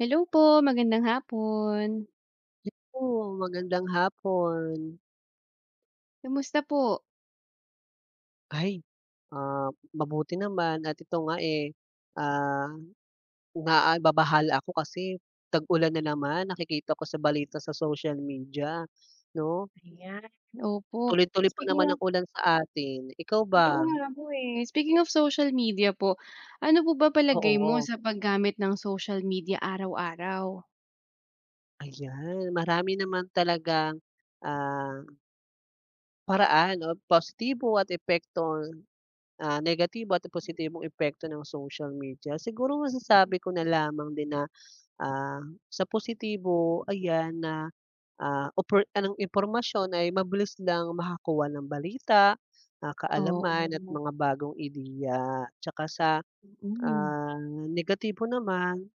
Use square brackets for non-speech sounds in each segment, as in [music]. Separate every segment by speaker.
Speaker 1: Hello po, magandang hapon.
Speaker 2: Oo, magandang hapon.
Speaker 1: Kamusta po?
Speaker 2: Ay, ah, mabuti naman at ito nga, eh, ah, nababahala ako kasi tag-ulan na naman nakikita ko sa balita sa social media 'no.
Speaker 1: Ayan. Opo.
Speaker 2: Tuloy-tuloy pa naman
Speaker 1: Speaking of
Speaker 2: ang ulan sa atin, ikaw ba?
Speaker 1: Totoo nga po, eh. Speaking of social media po, ano po ba palagay mo
Speaker 2: Oo,
Speaker 1: sa paggamit ng social media araw-araw?
Speaker 2: ayan marami naman talagang, ah, paraan o positibo at epekto, negatibo at positibong epekto ng social media. Siguro masasabi ko na lamang din na. Sa positibo ayan na, opor ang impormasyon ay mabilis lang makakuha ng balita, kaalaman at
Speaker 1: Oo.
Speaker 2: mga bagong ideya. Tsaka sa,
Speaker 1: Mm.
Speaker 2: ah, negatibo naman.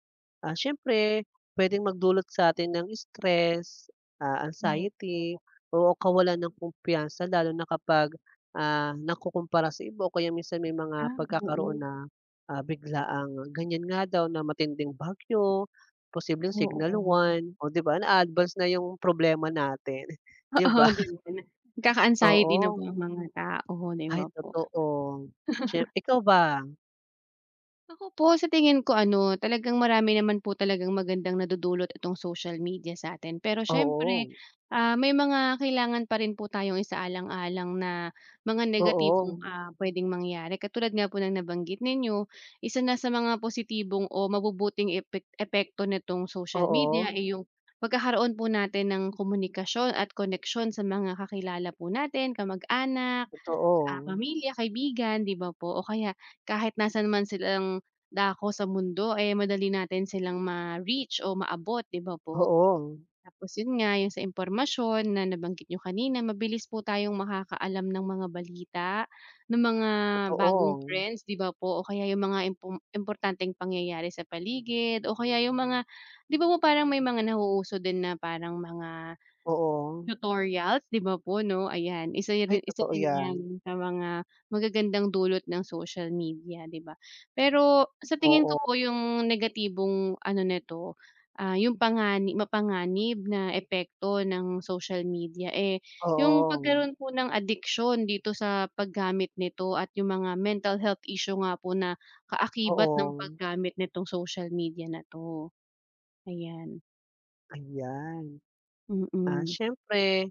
Speaker 2: Siyempre puwedeng magdulot sa atin ng stress, anxiety
Speaker 1: Opo.
Speaker 2: o kawalan ng kumpiyansa lalo na kapag, nakukumpara sa iba o kaya minsan may mga
Speaker 1: Ah,
Speaker 2: pagkakaroon
Speaker 1: oo.
Speaker 2: na, biglaang ganyan nga daw na matinding bagyo, posibleng
Speaker 1: Oo.
Speaker 2: signal one, o 'di ba na advance na yung problema natin, [laughs]
Speaker 1: [laughs]
Speaker 2: 'di
Speaker 1: Oo,
Speaker 2: ba?
Speaker 1: 'di ba na nagkaka-anxiety na po
Speaker 2: Oo,
Speaker 1: ang mga tao, 'di
Speaker 2: ay
Speaker 1: ba po?
Speaker 2: totoo. Siye ikaw ba?
Speaker 1: Ako po sa tingin ko ano, talagang marami naman po talagang magandang nadudulot itong social media sa atin. Pero
Speaker 2: Oo,
Speaker 1: siyempre, may mga kailangan pa rin po tayong isaalang-alang na mga
Speaker 2: oo,
Speaker 1: negatibong, puwedeng mangyari. Katulad nga po ng nabanggit ninyo, isa na sa mga positibong o mabubuting epekto nitong social
Speaker 2: oo,
Speaker 1: media, ay yung pagkakaroon po natin ng komunikasyon at koneksyon sa mga kakilala po natin, kamag-anak,
Speaker 2: totoo,
Speaker 1: pamilya, kaibigan, 'di ba po? O kaya kahit nasaan man silang dako sa mundo, eh, madali natin silang ma-reach o maabot, 'di ba po?
Speaker 2: oo.
Speaker 1: Tapos yun nga, yung sa impormasyon na nabanggit niyo kanina, mabilis po tayong makakaalam ng mga balita, ng mga bagong
Speaker 2: Totoo,
Speaker 1: trends, 'di ba po? O kaya yung mga importanteng pangyayari sa paligid o kaya yung mga 'di ba po parang may mga nauuso din na parang mga
Speaker 2: oo.
Speaker 1: tutorials, 'di ba po 'no? Ayan,
Speaker 2: Ay
Speaker 1: isa
Speaker 2: totoo
Speaker 1: rin
Speaker 2: 'yan,
Speaker 1: yan sa mga magagandang dulot ng social media, 'di ba? Pero sa tingin ko
Speaker 2: oo,
Speaker 1: po yung negatibong ano nito, yung mapanganib na epekto ng social media, eh, yung
Speaker 2: oo,
Speaker 1: pagkaroon po ng addiction dito sa paggamit nito at yung mga mental health issue nga po na kaakibat ng
Speaker 2: oo,
Speaker 1: paggamit nitong social media na 'to, ayan.
Speaker 2: ayan. Ah,
Speaker 1: Mm,
Speaker 2: siyempre,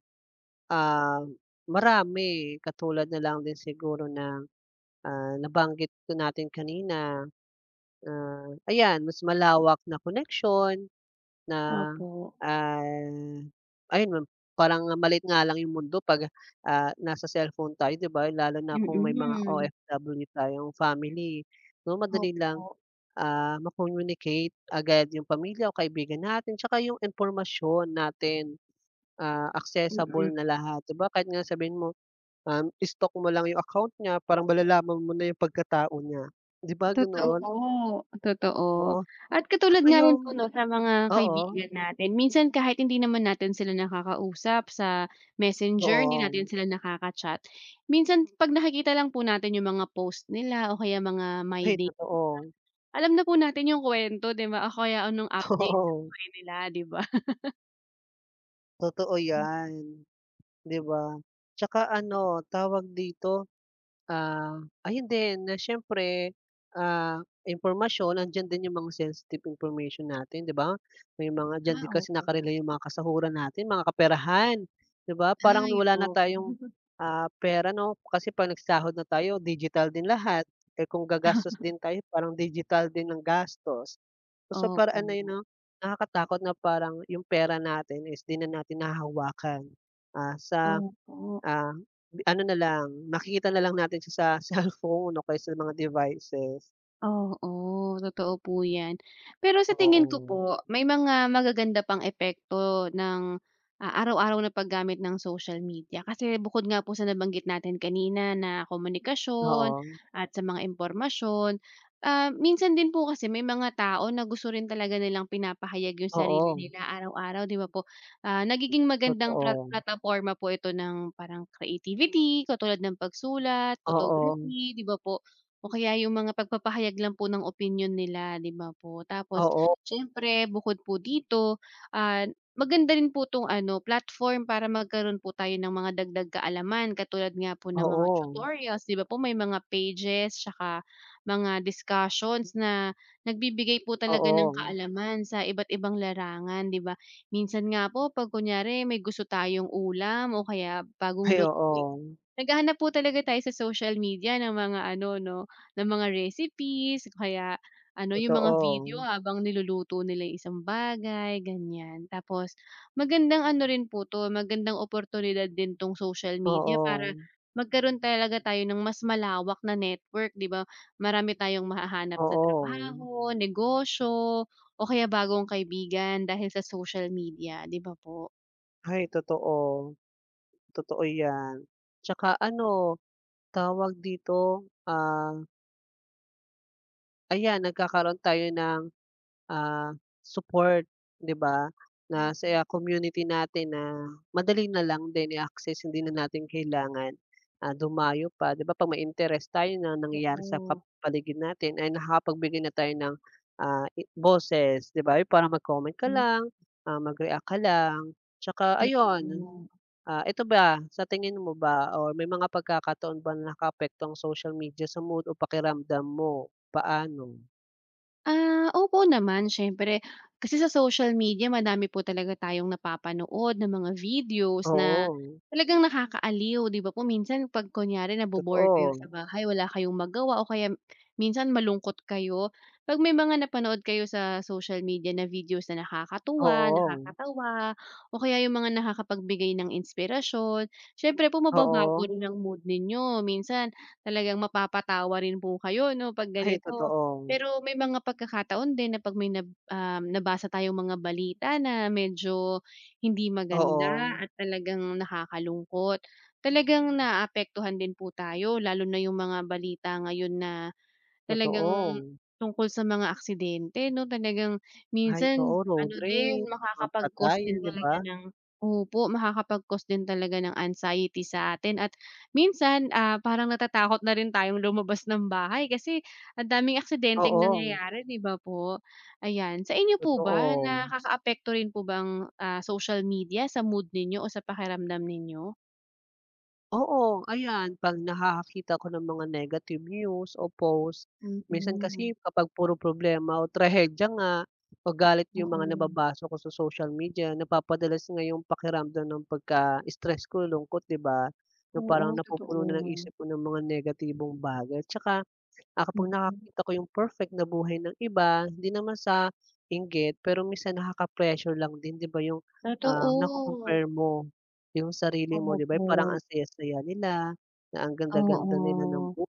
Speaker 2: ah, marami katulad na lang din siguro na nabanggit na natin kanina, ayan mas malawak na connection na,
Speaker 1: opo.
Speaker 2: ah, ayun ma parang malit nga lang yung mundo 'pag, nasa cellphone tayo 'di ba, lalo na kung may mga
Speaker 1: Mm.
Speaker 2: OFW tayong family, 'no, madali
Speaker 1: Opo,
Speaker 2: lang ma-communicate agad yung pamilya o kaibigan natin tsaka yung impormasyon natin, accessible
Speaker 1: mm.
Speaker 2: na lahat, 'di ba? Kahit nga sabihin mo, i mo lang yung account niya parang malalaman mo na yung pagkatao niya, 'di ba
Speaker 1: Totoo
Speaker 2: ganoon?
Speaker 1: po,
Speaker 2: Oo,
Speaker 1: totoo. At katulad
Speaker 2: tsaka
Speaker 1: nga rin
Speaker 2: yung
Speaker 1: po 'no, sa mga
Speaker 2: oo,
Speaker 1: kaibigan natin minsan kahit hindi naman natin sila nakakausap sa Messenger, hindi
Speaker 2: oo.
Speaker 1: natin sila nakaka-chat, minsan 'pag nakikita lang po natin yung mga post nila o kaya mga my
Speaker 2: Ay
Speaker 1: day,
Speaker 2: totoo,
Speaker 1: alam na po natin yung kuwento 'di ba, o kaya anong
Speaker 2: [laughs]
Speaker 1: update sa
Speaker 2: oo,
Speaker 1: kanila 'di ba?
Speaker 2: totoo 'yan, 'di ba? Tsaka ano, tawag dito. Ayun din na siyempre, ah, impormasyon andiyan din yung mga sensitive information natin, 'di ba? May mga diyan din
Speaker 1: Ah,
Speaker 2: kasi
Speaker 1: opo.
Speaker 2: naka yung mga kasahuran natin, mga kaperahan, 'di ba? Parang
Speaker 1: Ay,
Speaker 2: wala na
Speaker 1: opo.
Speaker 2: tayong,
Speaker 1: [laughs]
Speaker 2: pera 'no, kasi 'pag nagsahod na tayo digital din lahat. Eh, kung gagastos din tayo parang digital din ang gastos. So, sa
Speaker 1: Opo,
Speaker 2: paraan na yun 'no, nakakatakot na parang yung pera natin is 'di na natin nahahawakan. Ah, sa
Speaker 1: opo.
Speaker 2: Ah, ano na lang, makikita na lang natin siya sa [laughs] cellphone o kaya sa mga devices.
Speaker 1: Oo, totoo po 'yan. Pero sa tingin ko
Speaker 2: Oo.
Speaker 1: po, may mga magaganda pang epekto ng, araw-araw na paggamit ng social media. Kasi bukod nga po sa nabanggit natin kanina na komunikasyon
Speaker 2: Oo,
Speaker 1: at sa mga impormasyon, minsan din po kasi may mga tao na gusto rin talaga nilang pinapahayag yung sarili
Speaker 2: oo,
Speaker 1: nila araw-araw, 'di ba po? Nagiging magandang
Speaker 2: totoo.
Speaker 1: plataporma po ito ng parang creativity, katulad ng pagsulat,
Speaker 2: Oo,
Speaker 1: photography, 'di ba po? O kaya yung mga pagpapahayag lang po ng opinyon nila, 'di ba po? Tapos
Speaker 2: oo,
Speaker 1: siyempre bukod po dito, ah, maganda rin po 'tong ano, platform para magkaroon po tayo ng mga dagdag kaalaman katulad nga po ng mga
Speaker 2: oo,
Speaker 1: tutorials, 'di ba po? May mga pages tsaka mga discussions na nagbibigay po talaga ng
Speaker 2: oo.
Speaker 1: kaalaman sa iba't ibang larangan, 'di ba? Minsan nga po 'pag kunyari may gusto tayong ulam o kaya bagong
Speaker 2: Ay,
Speaker 1: lutuin.
Speaker 2: oo,
Speaker 1: Naghahanap po talaga tayo sa social media ng mga ano 'no, ng mga recipes kaya ano, yung mga video
Speaker 2: totoo.
Speaker 1: habang niluluto nila yung isang bagay, ganyan. Tapos magandang ano rin po 'to, magandang oportunidad din 'tong social media para
Speaker 2: Oo,
Speaker 1: magkaroon talaga tayo ng mas malawak na network, 'di ba? Marami tayong mahahanap na
Speaker 2: oo.
Speaker 1: trabaho, negosyo o kaya bagong kaibigan dahil sa social media, 'di ba po?
Speaker 2: Ay, totoo, totoo 'yan. Tsaka ano, tawag dito, ah, ayan nagkakaroon tayo ng ah, support, 'di ba, na sa
Speaker 1: Mm,
Speaker 2: community natin na madali na lang din i-access, hindi na natin kailangan, dumayo pa. 'Di ba 'pag may interest tayo na nangyayari sa
Speaker 1: oo.
Speaker 2: kap paligid natin ay nakakapagbigay na tayo ng, i boses, 'di ba, yung parang mag-comment ka
Speaker 1: Hmm,
Speaker 2: lang, mag-react ka lang, tsaka ayun.
Speaker 1: totoo.
Speaker 2: Ito ba, sa tingin mo ba or may mga pagkakataon ba na nakaapekto ang social media sa mood o pakiramdam mo? Paano?
Speaker 1: Ah, opo naman syempre. Kasi sa social media madami po talaga tayong napapanood ng mga videos na
Speaker 2: Oo,
Speaker 1: talagang nakakaaliw, 'di ba po? Minsan 'pag kunyari nabo-bore kayo
Speaker 2: totoo.
Speaker 1: sa bahay, wala kayong magawa o kaya minsan malungkot kayo, 'pag may mga napanood kayo sa social media na videos na nakakatuwa,
Speaker 2: Oo,
Speaker 1: nakakatawa, o kaya yung mga nakakapagbigay ng inspirasyon, syempre po mababago
Speaker 2: oo.
Speaker 1: rin ang mood ninyo. Minsan talagang mapapatawa rin po kayo 'no 'pag
Speaker 2: Ay
Speaker 1: ganito.
Speaker 2: totoo.
Speaker 1: Pero may mga pagkakataon din na 'pag may nabasa tayong mga balita na medyo hindi
Speaker 2: Oo,
Speaker 1: maganda at talagang nakakalungkot, talagang naapektuhan din po tayo lalo na yung mga balita ngayon na talagang
Speaker 2: totoo.
Speaker 1: tungkol sa mga aksidente 'no, talagang
Speaker 2: Ay,
Speaker 1: minsan
Speaker 2: oo, road
Speaker 1: ano
Speaker 2: rage,
Speaker 1: din
Speaker 2: mga
Speaker 1: makakapag-cause
Speaker 2: patayan,
Speaker 1: din
Speaker 2: 'di ba?
Speaker 1: talaga ng opo, makakapag-cause din talaga ng anxiety sa atin at minsan, parang natatakot na rin tayong lumabas ng bahay kasi ang daming aksidenteng
Speaker 2: Oo,
Speaker 1: nangyayari 'di ba po? Ayan, sa inyo po ba
Speaker 2: totoo.
Speaker 1: nakakaapekto rin po ba ang, social media sa mood ninyo o sa pakiramdam ninyo?
Speaker 2: Oo, ayan 'pag nakakakita ako ng mga negative news o post, minsan
Speaker 1: Mm,
Speaker 2: kasi kapag puro problema o trahedya nga o galit yung mga
Speaker 1: oo.
Speaker 2: nababasa ko sa social media, napapadalas nga yung pakiramdam ng pagka-stress ko, lungkot, 'di ba? Na parang
Speaker 1: Oo,
Speaker 2: napupuno na ng
Speaker 1: totoo.
Speaker 2: isip ko ng mga negatibong bagay, 'tsaka. Kapag
Speaker 1: Mm.
Speaker 2: nakakita ko yung perfect na buhay ng iba, hindi naman sa inggit, pero minsan nakaka-pressure lang din 'di ba yung,
Speaker 1: Totoo.
Speaker 2: nako-compare mo yung sarili mo 'di ba yung parang
Speaker 1: Opo.
Speaker 2: ang saya-saya nila, na ang ganda-ganda nila ng bu
Speaker 1: Oo.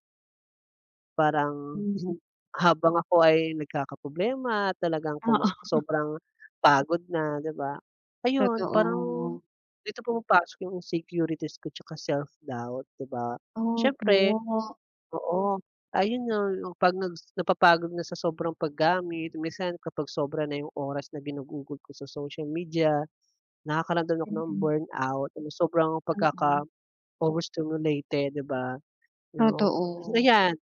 Speaker 2: parang hin
Speaker 1: Mm.
Speaker 2: habang ako ay nagkakaproblema talagang kuma
Speaker 1: Oo,
Speaker 2: sobrang pagod na 'di ba? Ayun parang
Speaker 1: totoo.
Speaker 2: dito pumapasok yung insecurities ko tsaka self-doubt 'di ba?
Speaker 1: Opo.
Speaker 2: Siyempre. Oo, ayun nga 'no, 'pag nags napapagod na sa sobrang paggamit, minsan kapag sobra na yung oras na ginugugol ko sa social media, nakakaramdam ako ng
Speaker 1: Mm.
Speaker 2: burnout, ano sobrang
Speaker 1: Oo.
Speaker 2: pagkaka-overstimulated, 'di ba? No. [clears throat]
Speaker 1: Totoo.
Speaker 2: Ayan,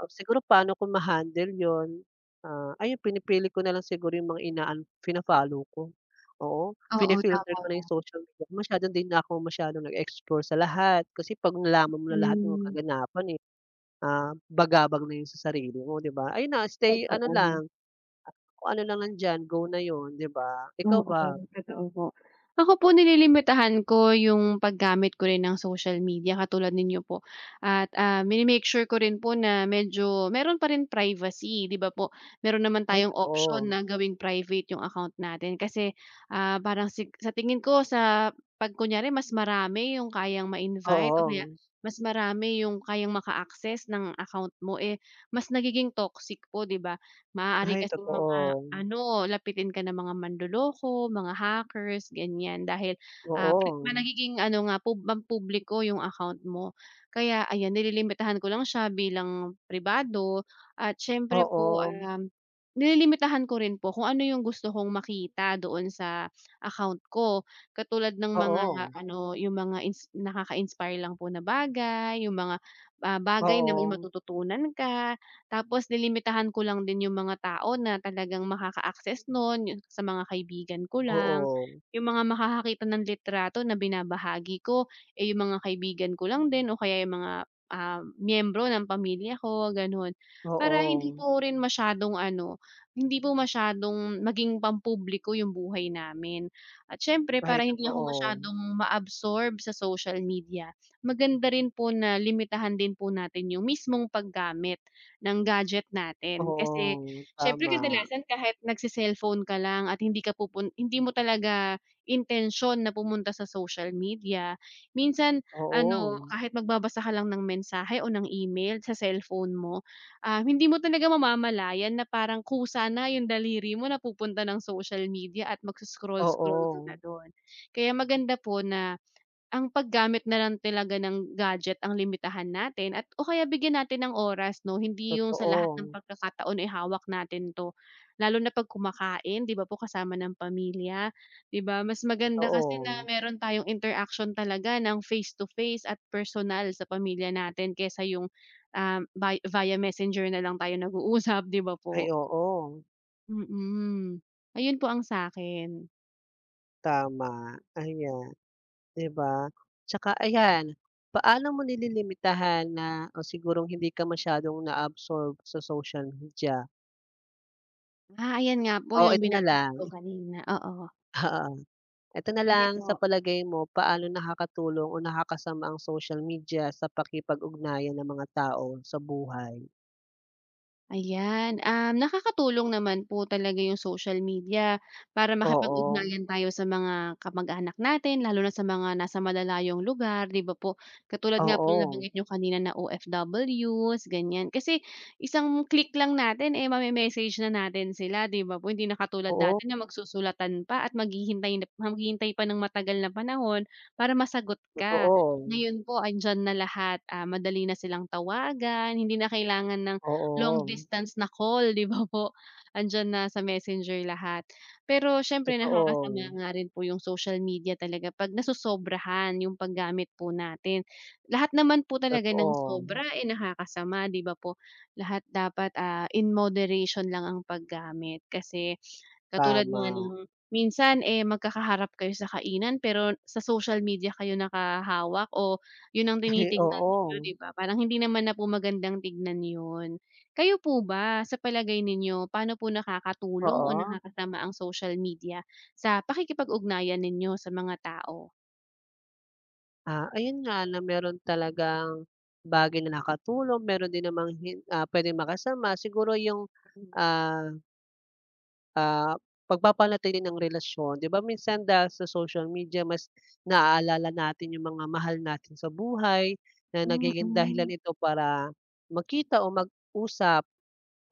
Speaker 2: oh, siguro paano ko ma-handle yon. Ayun pinipili ko na lang siguro yung mga inaano fina-follow ko, oo.
Speaker 1: Oo,
Speaker 2: Fini-filter
Speaker 1: tama
Speaker 2: ko na yung
Speaker 1: 'yan.
Speaker 2: social media, masyado din na ako masyadong nag-explore sa lahat kasi 'pag nalaman mo na lahat ng
Speaker 1: Hmm,
Speaker 2: kaganapan, bagabag na 'yun sa sarili mo, 'di ba? Ayun na, stay ano
Speaker 1: totoo.
Speaker 2: lang, kung ano lang nandiyan, go na 'yun, 'di ba? Ikaw ba?
Speaker 1: Oo, totoo po. Ako po nililimitahan ko yung paggamit ko rin ng social media katulad ninyo po at, minimake sure ko rin po na medyo meron pa rin privacy, 'di ba po? Meron naman
Speaker 2: Ay
Speaker 1: tayong option
Speaker 2: totoo.
Speaker 1: na gawing private yung account natin kasi, parang sa tingin ko sa 'pag kunyari mas marami yung kayang ma-invite o kaya
Speaker 2: Oo.
Speaker 1: mas marami yung kayang maka-access ng account mo, eh, mas nagiging toxic po, 'di ba? Maaari
Speaker 2: Ay
Speaker 1: kasi mga
Speaker 2: totoo.
Speaker 1: ano, lapitin ka ng mga manloloko, mga hackers, ganyan. Dahil, pri
Speaker 2: Oo.
Speaker 1: ma nagiging ano nga pampubliko yung account mo. Kaya ayan, nililimitahan ko lang siya bilang pribado at siyempre po,
Speaker 2: Oo.
Speaker 1: nililimitahan ko rin po kung ano yung gusto kong makita doon sa account ko. Katulad ng mga
Speaker 2: Oo.
Speaker 1: ano, yung mga nakaka-inspire lang po na bagay, yung mga, bagay na may
Speaker 2: Oo.
Speaker 1: matututunan ka. Tapos lilimitahan ko lang din yung mga tao na talagang makaka-access nun, yung sa mga kaibigan ko lang.
Speaker 2: Oo.
Speaker 1: Yung mga makakakita ng litrato na binabahagi ko, eh, yung mga kaibigan ko lang din o kaya yung mga, miyembro ng pamilya ko, gano'n. Para hindi
Speaker 2: Oo.
Speaker 1: po rin masyadong ano, hindi po masyadong maging pampubliko yung buhay namin. At siyempre
Speaker 2: Ay
Speaker 1: para hindi ako
Speaker 2: totoo.
Speaker 1: masyadong ma-absorb sa social media, maganda rin po na limitahan din po natin yung mismong paggamit ng gadget natin. Kasi
Speaker 2: Oo,
Speaker 1: siyempre
Speaker 2: tama.
Speaker 1: kadalasan kahit nagse-cellphone ka lang at hindi ka pupun hindi mo talaga intensyon na pumunta sa social media, minsan ano,
Speaker 2: Oo.
Speaker 1: kahit magbabasa ka lang ng mensahe o ng email sa cellphone mo, hindi mo talaga mamamalayan na parang kusa na yung daliri mo napupunta ng social media at magso-scroll-scroll ka na
Speaker 2: Oo.
Speaker 1: dun. Kaya maganda po na ang paggamit na lang talaga ng gadget ang limitahan natin at o kaya bigyan natin ng oras 'no, hindi yung sa lahat ng
Speaker 2: Totoo.
Speaker 1: pagkakataon ay hawak natin 'to. Lalo na 'pag kumakain, 'di ba po, kasama ng pamilya, 'di ba? Mas maganda kasi na
Speaker 2: Totoo.
Speaker 1: meron tayong interaction talaga ng face to face at personal sa pamilya natin kaysa yung, via messenger na lang tayo nag-uusap, 'di ba
Speaker 2: Ay
Speaker 1: po?
Speaker 2: oo.
Speaker 1: Mm. Ayun po ang sa'kin.
Speaker 2: Tama, ayan. 'Di ba? Tsaka ayan, paano mo nililimitahan na o sigurong hindi ka masyadong na-absorb sa social media?
Speaker 1: Ah, ayan nga po
Speaker 2: O
Speaker 1: yung
Speaker 2: ito na
Speaker 1: binabanggit ko
Speaker 2: lang,
Speaker 1: kanina, oo.
Speaker 2: [laughs] oo, ito na
Speaker 1: Sige
Speaker 2: lang sa
Speaker 1: po.
Speaker 2: palagay mo paano nakakatulong o nakakasama ang social media sa pakikipag-ugnayan ng mga tao sa buhay?
Speaker 1: Ayan, nakakatulong naman po talaga yung social media para
Speaker 2: Oo,
Speaker 1: makipag-ugnayan tayo sa mga kamag-anak natin lalo na sa mga nasa malalayong lugar, 'di ba po? Katulad nga po ng
Speaker 2: oo,
Speaker 1: nabanggit niyo kanina na OFWs, ganyan. Kasi isang click lang natin, eh, mame-message na natin sila, 'di ba po? Hindi na katulad
Speaker 2: oo,
Speaker 1: dati na magsusulatan pa at maghihintay pa ng matagal na panahon para masagot ka.
Speaker 2: totoo,
Speaker 1: Ngayon po andiyan na lahat, madali na silang tawagan, hindi na kailangan ng long
Speaker 2: oo,
Speaker 1: distance na call, 'di ba po? Andiyan na sa Messenger lahat. Pero siyempre nakakasama
Speaker 2: totoo,
Speaker 1: nga rin po yung social media talaga 'pag nasosobrahan yung paggamit po natin. Lahat naman po talaga ng
Speaker 2: totoo,
Speaker 1: sobra, eh, nakakasama, 'di ba po? Lahat dapat, in moderation lang ang paggamit kasi katulad
Speaker 2: tama,
Speaker 1: nga ng minsan, eh, magkakaharap kayo sa kainan pero sa social media kayo nakahawak o yun ang
Speaker 2: [laughs]
Speaker 1: tinitignan
Speaker 2: oo,
Speaker 1: ninyo, 'di ba? Parang hindi naman na po magandang tignan yun. Kayo po ba, sa palagay ninyo, paano po nakakatulong o
Speaker 2: oo.
Speaker 1: nakakasama ang social media sa pakikipag-ugnayan ninyo sa mga tao?
Speaker 2: Ayun nga na meron talagang bagay na nakatulong, meron din namang hin puwedeng makasama. Siguro yung,
Speaker 1: Hmm.
Speaker 2: ah ah, pagpapanatili ng relasyon. 'Di ba minsan dahil sa social media mas naaalala natin yung mga mahal natin sa buhay na nagiging dahilan
Speaker 1: Mm.
Speaker 2: ito para magkita o mag-usap,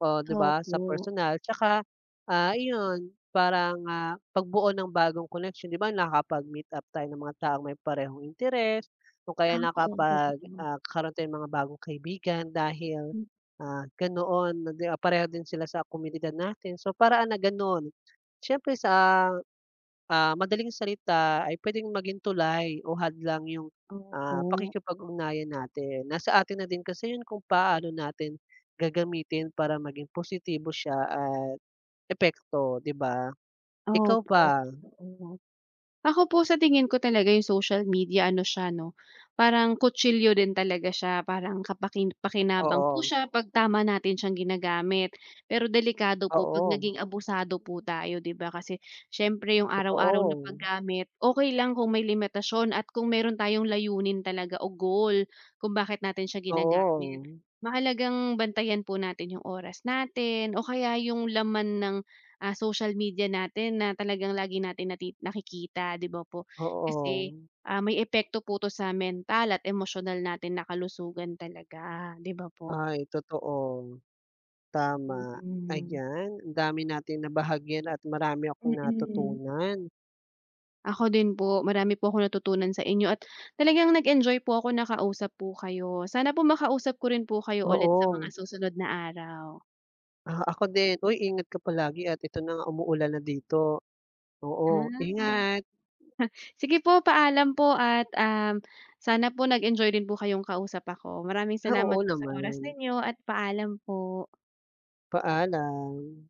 Speaker 2: oh, 'di ba, sa
Speaker 1: Opo.
Speaker 2: personal. Tsaka, iyon parang, pagbuo ng bagong connection. 'Di ba nakakapag-meet up tayo ng mga taong may parehong interes o kaya
Speaker 1: Ah, oo,
Speaker 2: nakapag,
Speaker 1: totoo.
Speaker 2: kakaroon tayo ng mga bagong kaibigan dahil.
Speaker 1: Hmm,
Speaker 2: Ganoon, nag pareho din sila sa komunidad natin. So, paraan na gano'n. Siyempre sa, madaling salita ay puwedeng maging tulay o hadlang yung,
Speaker 1: opo.
Speaker 2: pakikipag-ugnayan natin. Nasa atin na din kasi 'yun kung paano natin gagamitin para maging positibo siya at epekto, 'di ba? Ikaw
Speaker 1: Opo,
Speaker 2: ba?
Speaker 1: totoo. Ako po sa tingin ko talaga yung social media ano siya 'no, parang kutsilyo din talaga siya, parang pakinabang po
Speaker 2: Oo,
Speaker 1: siya 'pag tama natin siyang ginagamit. Pero delikado po 'pag
Speaker 2: oo,
Speaker 1: naging abusado po tayo 'di ba, kasi siyempre yung araw-araw na
Speaker 2: totoo.
Speaker 1: paggamit, okay lang kung may limitasyon at kung meron tayong layunin talaga o goal kung bakit natin siya ginagamit.
Speaker 2: Oo,
Speaker 1: Mahalagang bantayan po natin yung oras natin o kaya yung laman ng social media natin na talagang lagi natin nakikita, 'di ba po?
Speaker 2: oo.
Speaker 1: Kasi, may epekto po 'to sa mental at emotional natin na kalusugan talaga, 'di ba po?
Speaker 2: Ay, totoo. Tama.
Speaker 1: Mm.
Speaker 2: Ayan, ang dami nating nabahagyan at marami akong
Speaker 1: Mm.
Speaker 2: natutunan.
Speaker 1: Ako din po, marami po akong natutunan sa inyo at talagang nag-enjoy po ako nakausap po kayo. Sana po makausap ko rin po kayo ulit sa mga
Speaker 2: Oo,
Speaker 1: susunod na araw.
Speaker 2: ako din. Uy, ingat ka palagi at ito na nga umuulan na dito. Oo,
Speaker 1: Ah, oo.
Speaker 2: ingat.
Speaker 1: Sige po, paalam po at, sana po nag-enjoy din po kayong kausap ako. Maraming
Speaker 2: Oo
Speaker 1: salamat po sa
Speaker 2: naman.
Speaker 1: oras ninyo at paalam po.
Speaker 2: Paalam.